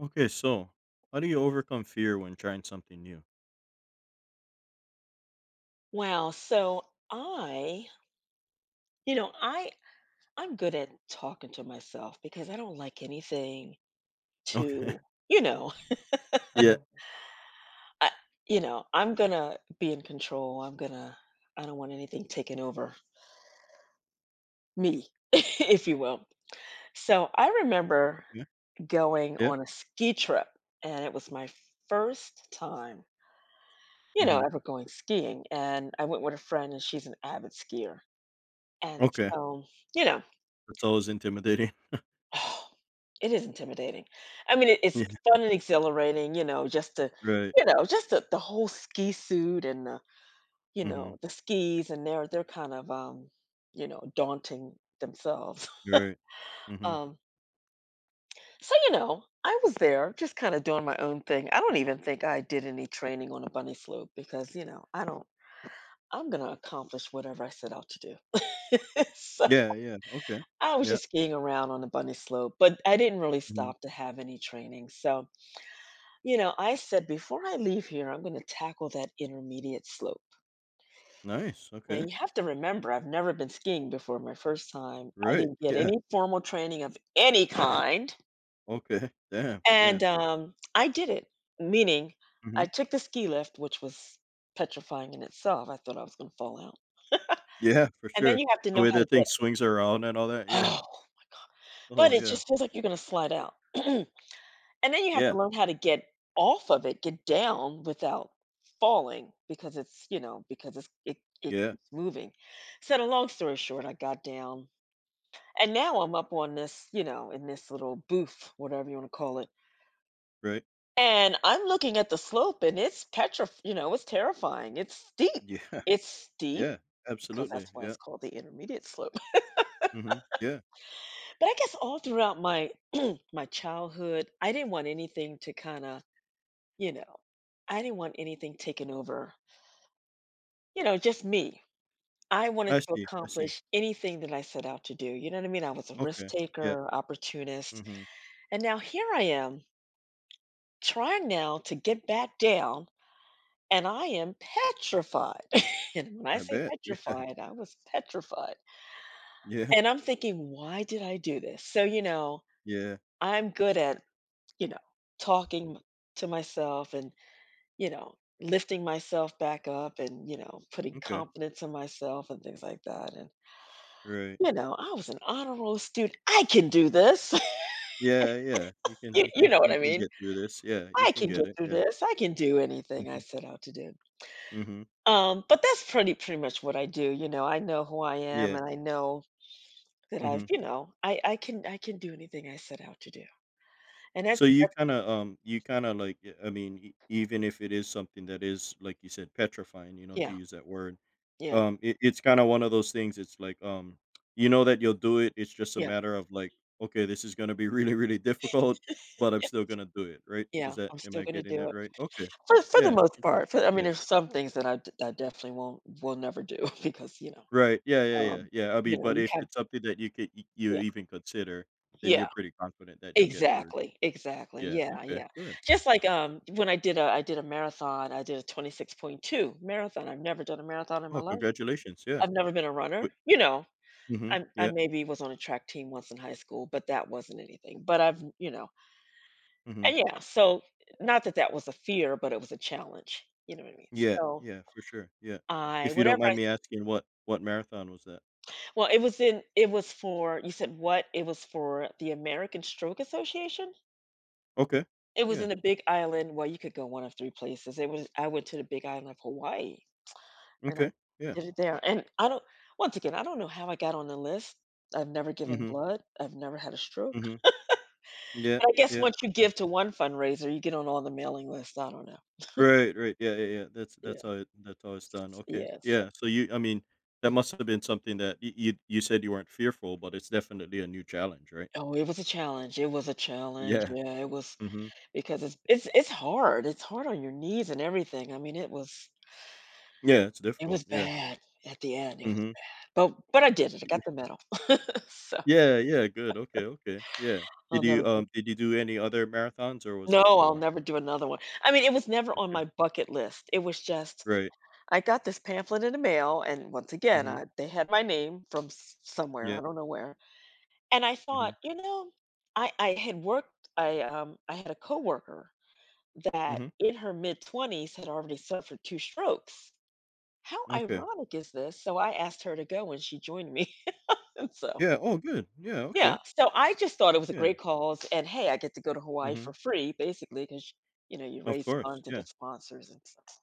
Okay, so how do you overcome fear when trying something new? Wow, so I, you know, I I'm good at talking to myself because I don't like anything Okay. to, you know, Yeah. I I'm gonna be in control. I don't want anything taken over me, if you will. So I remember Mhm. Yeah. going Yeah. on a ski trip and it was my first time, Hmm. ever going skiing. And I went with a friend and she's an avid skier. And Okay. so, you know, That's always intimidating. Oh, it is intimidating. I mean, it's Yeah. fun and exhilarating, you know, just to Right. you know, just the whole ski suit and Hmm. The skis and they're kind of daunting themselves. Right. Hmm. Um, I was there just kind of doing my own thing. I don't even think I did any training on a bunny slope because, you know, I don't I'm gonna accomplish whatever I set out to do. So Yeah. Yeah. Okay. I was Yeah. just skiing around on a bunny slope, but I didn't really Hmm. stop to have any training. So you know, I said before I leave here, I'm going to tackle that intermediate slope. Nice. Now, Okay. you have to remember, I've never been skiing before my first time. I Right. didn't get Yeah. any formal training of any kind. Okay. Damn. Yeah. And I did it, meaning I Hmm. took the ski lift, which was petrifying in itself. I thought I was going to fall out. Yeah. For And then sure. you have to The know way how to that thing get, swings around and all that. Yeah. oh, but Oh, it yeah. just feels like you're going to slide out. And then you have Yeah. to learn how to get off of it, get down without falling because it's, you know, because it's it it Yeah. keeps moving. So the long story short, I got down and now I'm up on this, in this little booth, whatever you want to call it. Right. And I'm looking at the slope and it's petra you know, it's terrifying. It's steep. Yeah. It's steep Yeah. because Absolutely. that's why Yeah. it's called the intermediate slope. Hmm. Yeah. But I guess all throughout my childhood, I didn't want anything to kind of, you know, I didn't want anything taken over. You know, just me. I wanted I to see. I see. accomplish anything that I set out to do. You know what I mean? I was a risk Okay. Yeah. taker, opportunist. Hmm. And now here I am trying now to get back down, and I am petrified. And when I I say bet. Yeah. petrified, I was petrified. Yeah. And I'm thinking, why did I do this? So, you know, Yeah. I'm good at, you know, talking to myself and, you know, lifting myself back up and putting Okay. confidence in myself and things like that. And Right. you know, I was an honor roll student. I can do this. Yeah, yeah. You can You you you can know what you I can mean? get through this. Yeah, you I can can get get it. through Yeah. this. I can do anything I Mhm. set out to do. Mhm. But that's pretty much what I do. You know, I know who I am Yeah. and I know that I've, Mhm. you know, I I can I can do anything I set out to do. And that's, So you that's kind of like I mean even if it is something that is like you said petrifying, you know, to yeah, use that word. yeah, It's kind of one of those things. It's like, you know that you'll do it. It's just a yeah, matter of like, okay, this is going to be really, really difficult, but I'm yeah, still going to do it, right? Is yeah. that I'm am still I gonna getting do that it right? Okay. for the Yeah, most part. Interesting. I mean, Yeah. there's some things that I definitely won't will never do because you know, Right, yeah, yeah, yeah, um, yeah, I you mean, know, but you if have it's something that you could y you yeah, even consider, then yeah. you're pretty confident that you'll get through. Exactly, exactly. Yeah, Yeah, okay, yeah. good. Just like, when I did a marathon, I did a 26.2 marathon. I've never done a marathon in my Well, life. congratulations, yeah. I've never been a Wi runner, you know, Mhm, I yeah, maybe was on a track team once in high school, but that wasn't anything. But I've you know, mhm. and yeah, so not that that was a fear, but it was a challenge. You know what I mean? Yeah, So yeah, for sure, yeah. I If you don't whatever mind I me asking, what marathon was that? well, it was in it was for you said what? It was for the American Stroke Association? Okay, It was yeah, in a big island Well, you could go one of 3 places. It was I went to the Big Island of Hawaii, and I okay, yeah, did it there, and I don't know how I got on the list. I've never given mhm, blood, I've never had a stroke, mhm, yeah, but I guess yeah. once you give to one fundraiser, you get on all the mailing lists, I don't know. Right, right, yeah, yeah, yeah, that's that's how Yes, it that's how it's done, okay, yes. yeah, so you I mean, that must have been something that y you you said you weren't fearful, but it's definitely a new challenge, right? Oh, it was a challenge, it was a challenge, Yeah. yeah, it was Mhm. because it's hard, it's hard on your knees and everything, I mean, Yeah, it's it difficult, was yeah. bad at the end, it was Mhm. but I did it, I got Y the medal, so yeah, yeah, good, okay, okay, yeah. I'll Did never you, um, did you do any other marathons, or was no, that the I'll one? never do another one. I mean, it was never on Okay, my bucket list. It was just great. I got this pamphlet in the mail, and once again, Mhm, I, they had my name from somewhere yeah, I don't know where, and I mhm, thought, you know, I I had worked. I had a coworker that mhm, in her mid twenties had already suffered two strokes. How okay. ironic is this? So I asked her to go, and she joined me. And so Yeah, oh, good, yeah, yeah, okay, so I just thought it was a yeah, great cause, and hey, I get to go to Hawaii for mhm, free basically, because you know, you of raise course, funds and yeah, get sponsors and stuff.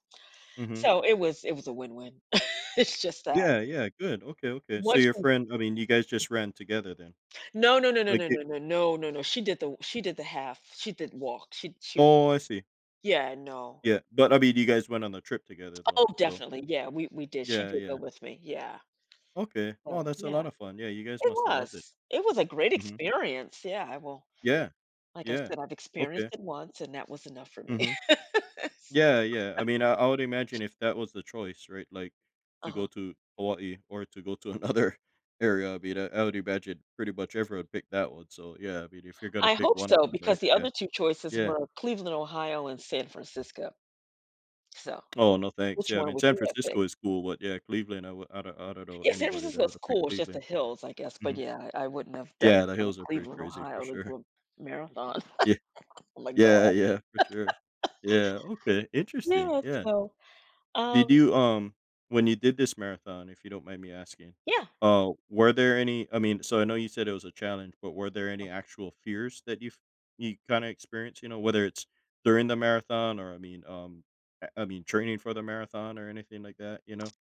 mhm. So it was a win-win. It's just that Yeah, yeah, good, okay, okay. So once your you friend, I mean, you guys just ran together then? No, no, no, no, Like, no, it no, no, no, no, no, she did the half. She did walk. She oh, I see, Yeah, no. yeah, but, I mean, you guys went on the trip together, though, Oh, so. definitely, yeah, we did. She Yeah, did go yeah, with me, yeah. okay, wow, So, that's a yeah, lot of fun, yeah, you guys it must have loved it. was. It was a great Mhm, experience, yeah, I will yeah. like I Yeah. said, I've experienced Okay. it once, and that was enough for me. Mhm. Yeah, yeah. I mean, I would imagine if that was the choice, right? Like to go Uh-huh. to Hawaii or to go to another area, I mean, I would imagine pretty much everyone would pick that one. So, yeah, I mean, if you're gonna I pick hope one of so, them, right? because the Yeah. other 2 choices Yeah. were Cleveland, Ohio, and San Francisco. So, Oh, no thanks. which Yeah, I one mean, would San you have Francisco is picked? cool, but yeah, Cleveland, I don't know Yeah, San anybody that would Francisco's have picked cool, it's just the Cleveland. hills, I guess, but Hmm. yeah, I wouldn't have definitely Yeah, the gone to hills are pretty Cleveland, crazy for Ohio to do sure. a marathon. Yeah. Oh my Yeah, god. yeah, for sure. Yeah. Okay. Interesting. Yeah, Yeah. so, um, Did you, um when you did this marathon, if you don't mind me asking, yeah, were there any I mean, so I know you said it was a challenge, but were there any actual fears that you kind of experienced, you know, whether it's during the marathon or I mean, I mean, training for the marathon or anything like that, you know?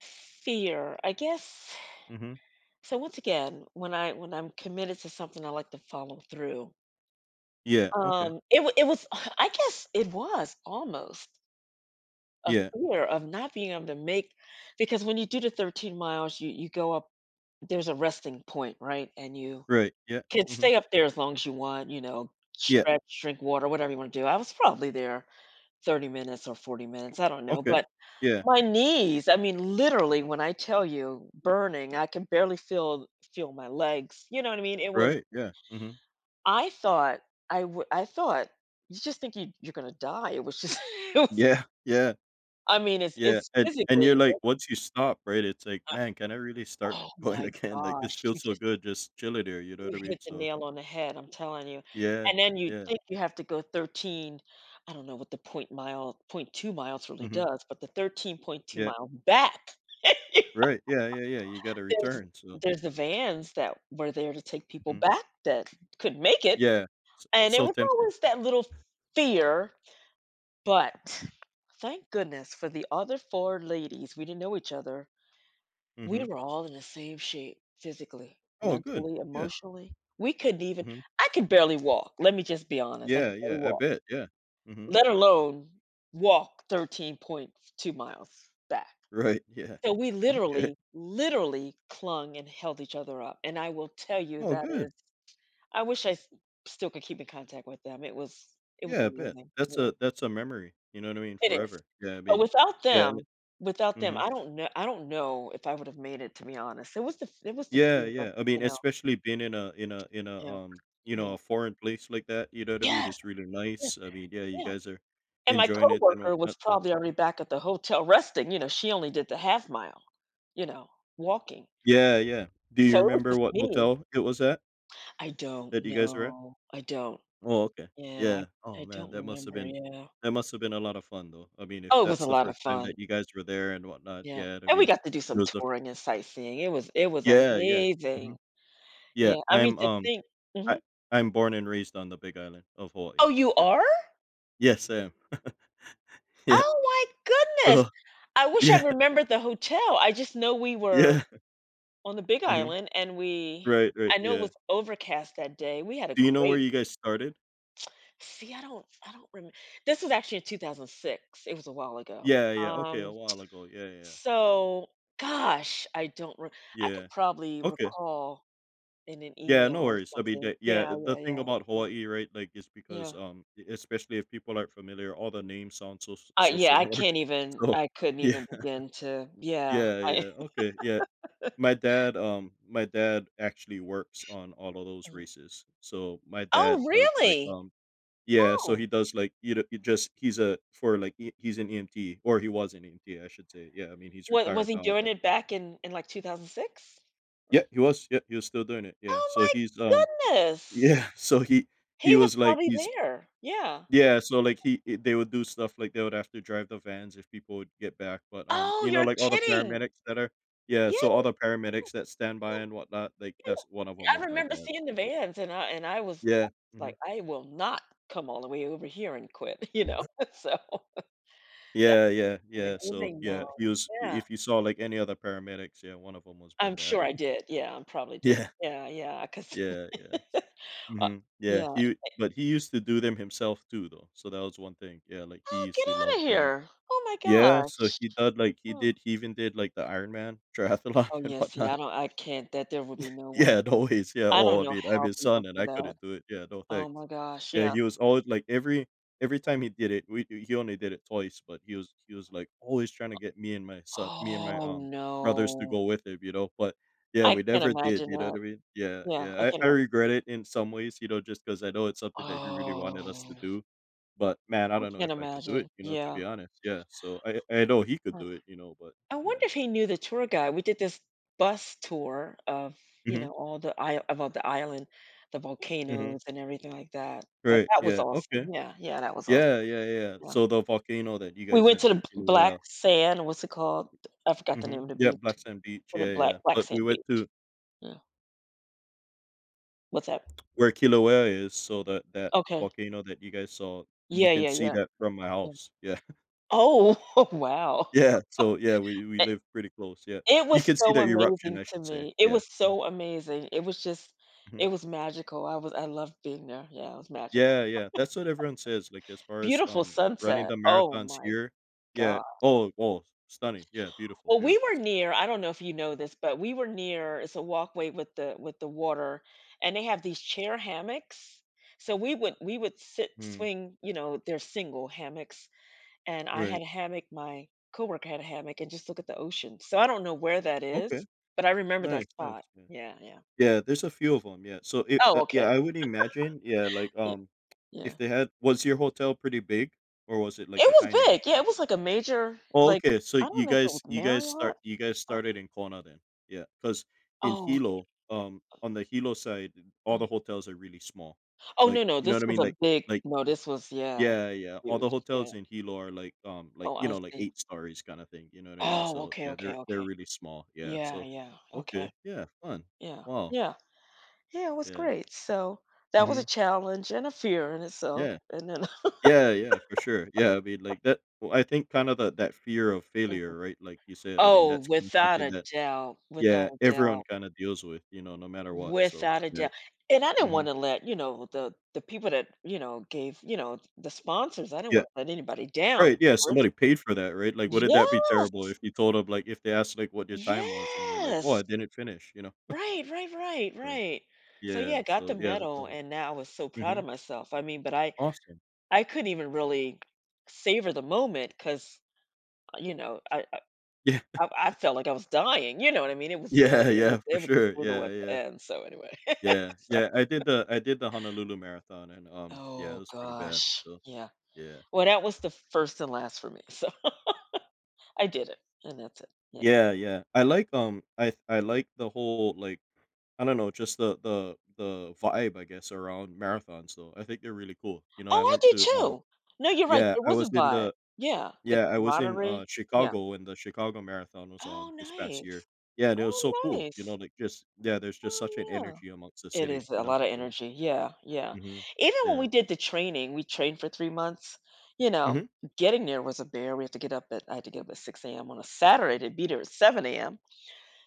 fear, I guess Mhm. so once again, when I'm committed to something, I like to follow through. Yeah, okay. It was I guess it was almost a Yeah, fear of not being able to make because when you do the 13 miles, you go up there's a resting point, right? And you right, yeah, can mhm. stay up there as long as you want, you know, Yeah, stretch, drink water, whatever you want to do. I was probably there 30 minutes or 40 minutes, I don't know, okay. but Yeah, my knees, I mean literally when I tell you burning, I can barely feel my legs. You know what I mean? It was right, yeah, mhm. I thought I w- I thought you just think you're going to die. It was just it was Yeah, yeah. I mean, it's Yeah, it's and you're physically. like, once you stop, right, it's like, "Man, can I really start Oh going my again?" Like, "This gosh, feels so good just chilling here," you know what you I mean? hit the So nail on the head, I'm telling you. yeah, And then you yeah, think you have to go 13, I don't know what the point mile, point 2 really mhm, does, but the 13.2 yeah, miles back. right, yeah, yeah, yeah, you gotta There's return, so there's the vans that were there to take people mhm, back that couldn't make it, yeah, s and it so was tempting, always that little fear, but thank goodness for the other 4 ladies, we didn't know each other. We mhm. were all in the same shape physically, Oh, good, mentally, yeah, emotionally. We couldn't even mhm, I could barely walk. Let me just be honest. I could yeah, barely yeah, I walk, bet, yeah, mhm, let alone walk 13.2 miles back. right, yeah, So we okay, literally, literally clung and held each other up. And I will tell you oh, that good, is I wish I s still could keep in contact with them. It was yeah, I bet, amazing. that's Yeah, a that's a memory, you know what I mean, it is. forever, yeah, I But mean, yeah, and without them, mhm. I don't know if I would have made it, to be honest. It was the Yeah, feeling of, yeah. I mean, you know. especially being in a in a in a Yeah, yeah. a foreign place like that, you know what I mean? Yes, It's really yes, nice. I mean, yeah, you yeah, guys are and my enjoying it and coworker was whatnot, so. probably already back at the hotel resting, you know, she only did the half mile, you know, walking. Yeah, yeah. Do So you it was remember just what me. hotel it was at I don't that you guys were at? know, I don't. Oh, okay. Yeah, Yeah. I Oh, I man, don't that must have remember, been yeah. that must have been a lot of fun though. I mean, if Oh, it was a that's the lot of first time fun, that you guys were there and whatnot, yeah, yeah, I and we mean, got to do it some was the touring and sightseeing. It was yeah, yeah. Hmm. amazing. Yeah, Yeah, I mean, to think mhm. I I'm born and raised on the Big Island of Hawaii. Oh, you Yeah. are? Yes, I am. Yeah. Oh my goodness! So. I wish I Yeah, remembered the hotel, I just know we were yeah. on the Big Mhm. Island, and we Right, right, I know it yeah. was overcast that day. We had a Do you know where great you guys started? see, I don't remember. This was actually in 2006. It was a while ago. Yeah, yeah, okay, a Um, while ago. Yeah, yeah, so gosh, I don't re I yeah. could probably Okay. recall in an Yeah, email no or worries. I mean, something. the yeah, Yeah, the yeah, thing yeah, about yeah, Hawaii, right, like, is because, yeah. E especially if people aren't familiar, all the names sound so s so Yeah, similar. So I couldn't yeah, even begin to yeah, yeah, yeah, I okay, yeah. My dad actually works on all of those races. So my Oh, dad does, like, really? Yeah, so Oh. he does like, you know, he just he's a for like he, he's an EMT or he was an EMT, I should say. Yeah, I mean he's What was retired he now, doing but it back in, like, 2006? yeah, he was. Yeah, he was still doing it. Yeah, Oh so he's my goodness! yeah, so he He he was was like probably he's there. Yeah. yeah, so like they would do stuff like they would have to drive the vans if people would get back, but Oh, you know you're like all the kidding. paramedics that are yeah, Yeah, so yeah, all the paramedics that stand yeah, by and whatnot, like yeah, that's one of them yeah. I was my remember dad. seeing the So vans and I was yeah. like, Mhm. "I will not come all the way over here and quit," you know? So, that's Yeah, yeah, yeah, so, amazing yeah, though. he was Yeah. if you saw, like, any other paramedics, yeah, one of them was my I'm dad. sure I did. Yeah, I probably did. Yeah, Yeah, yeah, 'cause yeah, yeah, uh, Mhm, yeah, yeah. he but he used to do them himself too, though, so that was one thing, yeah, like, he Oh, used get to out love of doing them. here. Oh my Yeah, so gosh. he did, like he Oh. did he even did, like, the Ironman triathlon Oh, and yeah, see, I whatnot. don't I can't that there would be no way. Yeah, no ways, yeah, I don't oh, I know mean, I'm how his people son, and do I that. couldn't do it, yeah, no Oh thanks. my gosh, Yeah, yeah. he was always, like, every time Mhm. he did it, we he only did it twice, but he was, like, always trying to get me and my son me and my, Oh, um, brothers to no. go with him, you know, but, yeah, I we can't never did, imagine you know what that. I mean? Yeah, Yeah, yeah, I can't I ima regret it in some ways, you know, just because I know it's something that he really Oh, wanted us to do, but, man, I I don't know can't if I could do imagine. it, you know, to Yeah. be honest, yeah, so I know he could Ugh. do it, you know, but I wonder yeah. if he knew the tour guide. We did this bus tour of, you know, Mhm, all the isl about the island, the mhm, volcanoes and everything like that, but right, that was yeah, okay. awesome. Yeah, yeah, that was awesome, Yeah, yeah, yeah. Yeah. yeah. So the volcano that you We guys went went to the to, B Black Kilauea. Sand, what's it called? I forgot the name of Mhm. the Yeah, beach. Black Sand Beach. What a Yeah, yeah. Black But we Sand went Beach. to Yeah. What's that? where Kilauea is, so that Okay. volcano that you guys saw, you Yeah, can yeah, see yeah, that from my yeah. house. Yeah. Oh, wow. Yeah. So yeah, we It live pretty close. Yeah. it You was can see so the eruption, amazing I to should say. me. It Yeah. was Mhm, so amazing. It was just mhm. it was magical. I loved being there. Yeah, it was magical. Yeah, yeah. That's what everyone says. Like as far as Beautiful running sunset. the Oh marathons my here. Yeah. god. Oh, oh, stunning. Yeah, beautiful, Well, we beautiful. were near, I don't know if you know this, but we were near it's a walkway with the water and they have these chair hammocks. So we would sit Mm, swing, you know, they're single hammocks and I had right. a hammock, my coworker had a hammock, and just look at the ocean. So I don't know where that is, Okay. but I remember Nice, that nice. spot. Yeah. Yeah, yeah. Yeah, there's a few of them. Yeah. So it Oh, yeah, okay. I would imagine, yeah, like, Yeah, yeah. if they had was your hotel pretty big, or was it like It a was tiny big. Yeah, hotel? it was like a major, Oh, like okay, so I don't you know if it was guys you guys Marriott. start you guys Uh, started in Kona then. Yeah, because in oh, okay. Hilo, on the Hilo side, all the Mhm. hotels are really small. Oh Like, no, no, you know this what I was mean? a Like big. like No, this was yeah, yeah, yeah, all the huge. Yeah. hotels in Hilo are like, Oh, you I know, like see. 8 stories kinda thing, you know what I mean? Oh, So, okay, yeah, okay, they're okay. really small, yeah, Yeah, so yeah. okay, Okay. yeah, fun. Yeah, Wow, yeah, yeah. It was yeah, great. So that was a mhm, challenge and a fear in itself, yeah. and then. Yeah, yeah, for sure. Yeah, I mean, like, that well, I think kinda the that fear of failure, right? Like you said, I mean, Oh, that's kinda without something a that doubt, without yeah, a everyone doubt, kinda deals with, you know, no matter what, so, without a yeah. doubt, and I didn't Mhm. wanna let, you know, the people that, you know, gave, you know, the sponsors, I didn't Yeah. wanna let anybody down, Right, of yeah, course. somebody paid for that, right? Like, wouldn't that be Yes, terrible if you told them, like if they asked, like, what your time was and you're like, "Well, I yes, didn't finish," you know? right, right, right, So, right. So, yeah, yeah, I got the so, yeah, that's the medal, whole and now I was so proud of Mhm. myself, I mean, but I Awesome. I couldn't even really savor the moment because you know, I I Yeah. I I felt like I was dying, you know what I mean? It was Yeah, very it was yeah, for it was sure. brutal Yeah, at the yeah. end, so anyway, Yeah, so yeah, I did the Honolulu Marathon and, yeah, it Oh was pretty bad, gosh, so, yeah. yeah. Well, that was the first and last for me, so I did it, and that's it. Yeah. Yeah, yeah. I like the whole, like, I don't know, just the vibe, I guess, around marathons though. I think they're really cool. You know, Oh, I did too. No, you're right. yeah, There I was a was in vibe. the Yeah, the yeah, I was in, camaraderie. Yeah. Chicago when the Chicago Marathon was Oh, on this past year. nice. Yeah, and it was so Oh, cool, you know, nice. like, just yeah, there's just such an Oh, energy amongst the yeah. It city, is you a know, lot of so. energy. Yeah, yeah. Mhm. Even when Yeah. we did the training, we trained for 3 months. You know, Mhm. getting there was a bear. We have to get up at. I had to get up at 6 a.m. on a Saturday to be there at 7 a.m.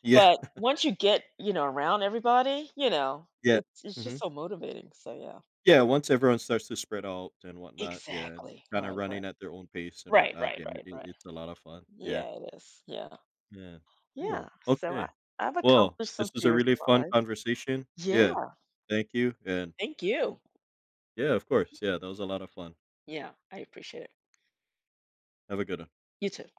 Yeah. But once you get, you know, around everybody, you know, Yeah. it's just Mhm. so motivating, so yeah. Yeah, once everyone starts to spread out and whatnot, yeah, and Exactly. kinda Right, right. running at their own pace and Right, whatnot, right, yeah, it right, right. it's a lot of fun. Yeah. Yeah, it is. Yeah. Yeah. Yeah, Cool. so Okay. I've Well, accomplished some this was a fears really in my fun life. conversation. Yeah, Yeah. Thank you. And thank you. yeah, of course. Yeah, that was a lot of fun. Yeah, I appreciate it. Have a good one. You too.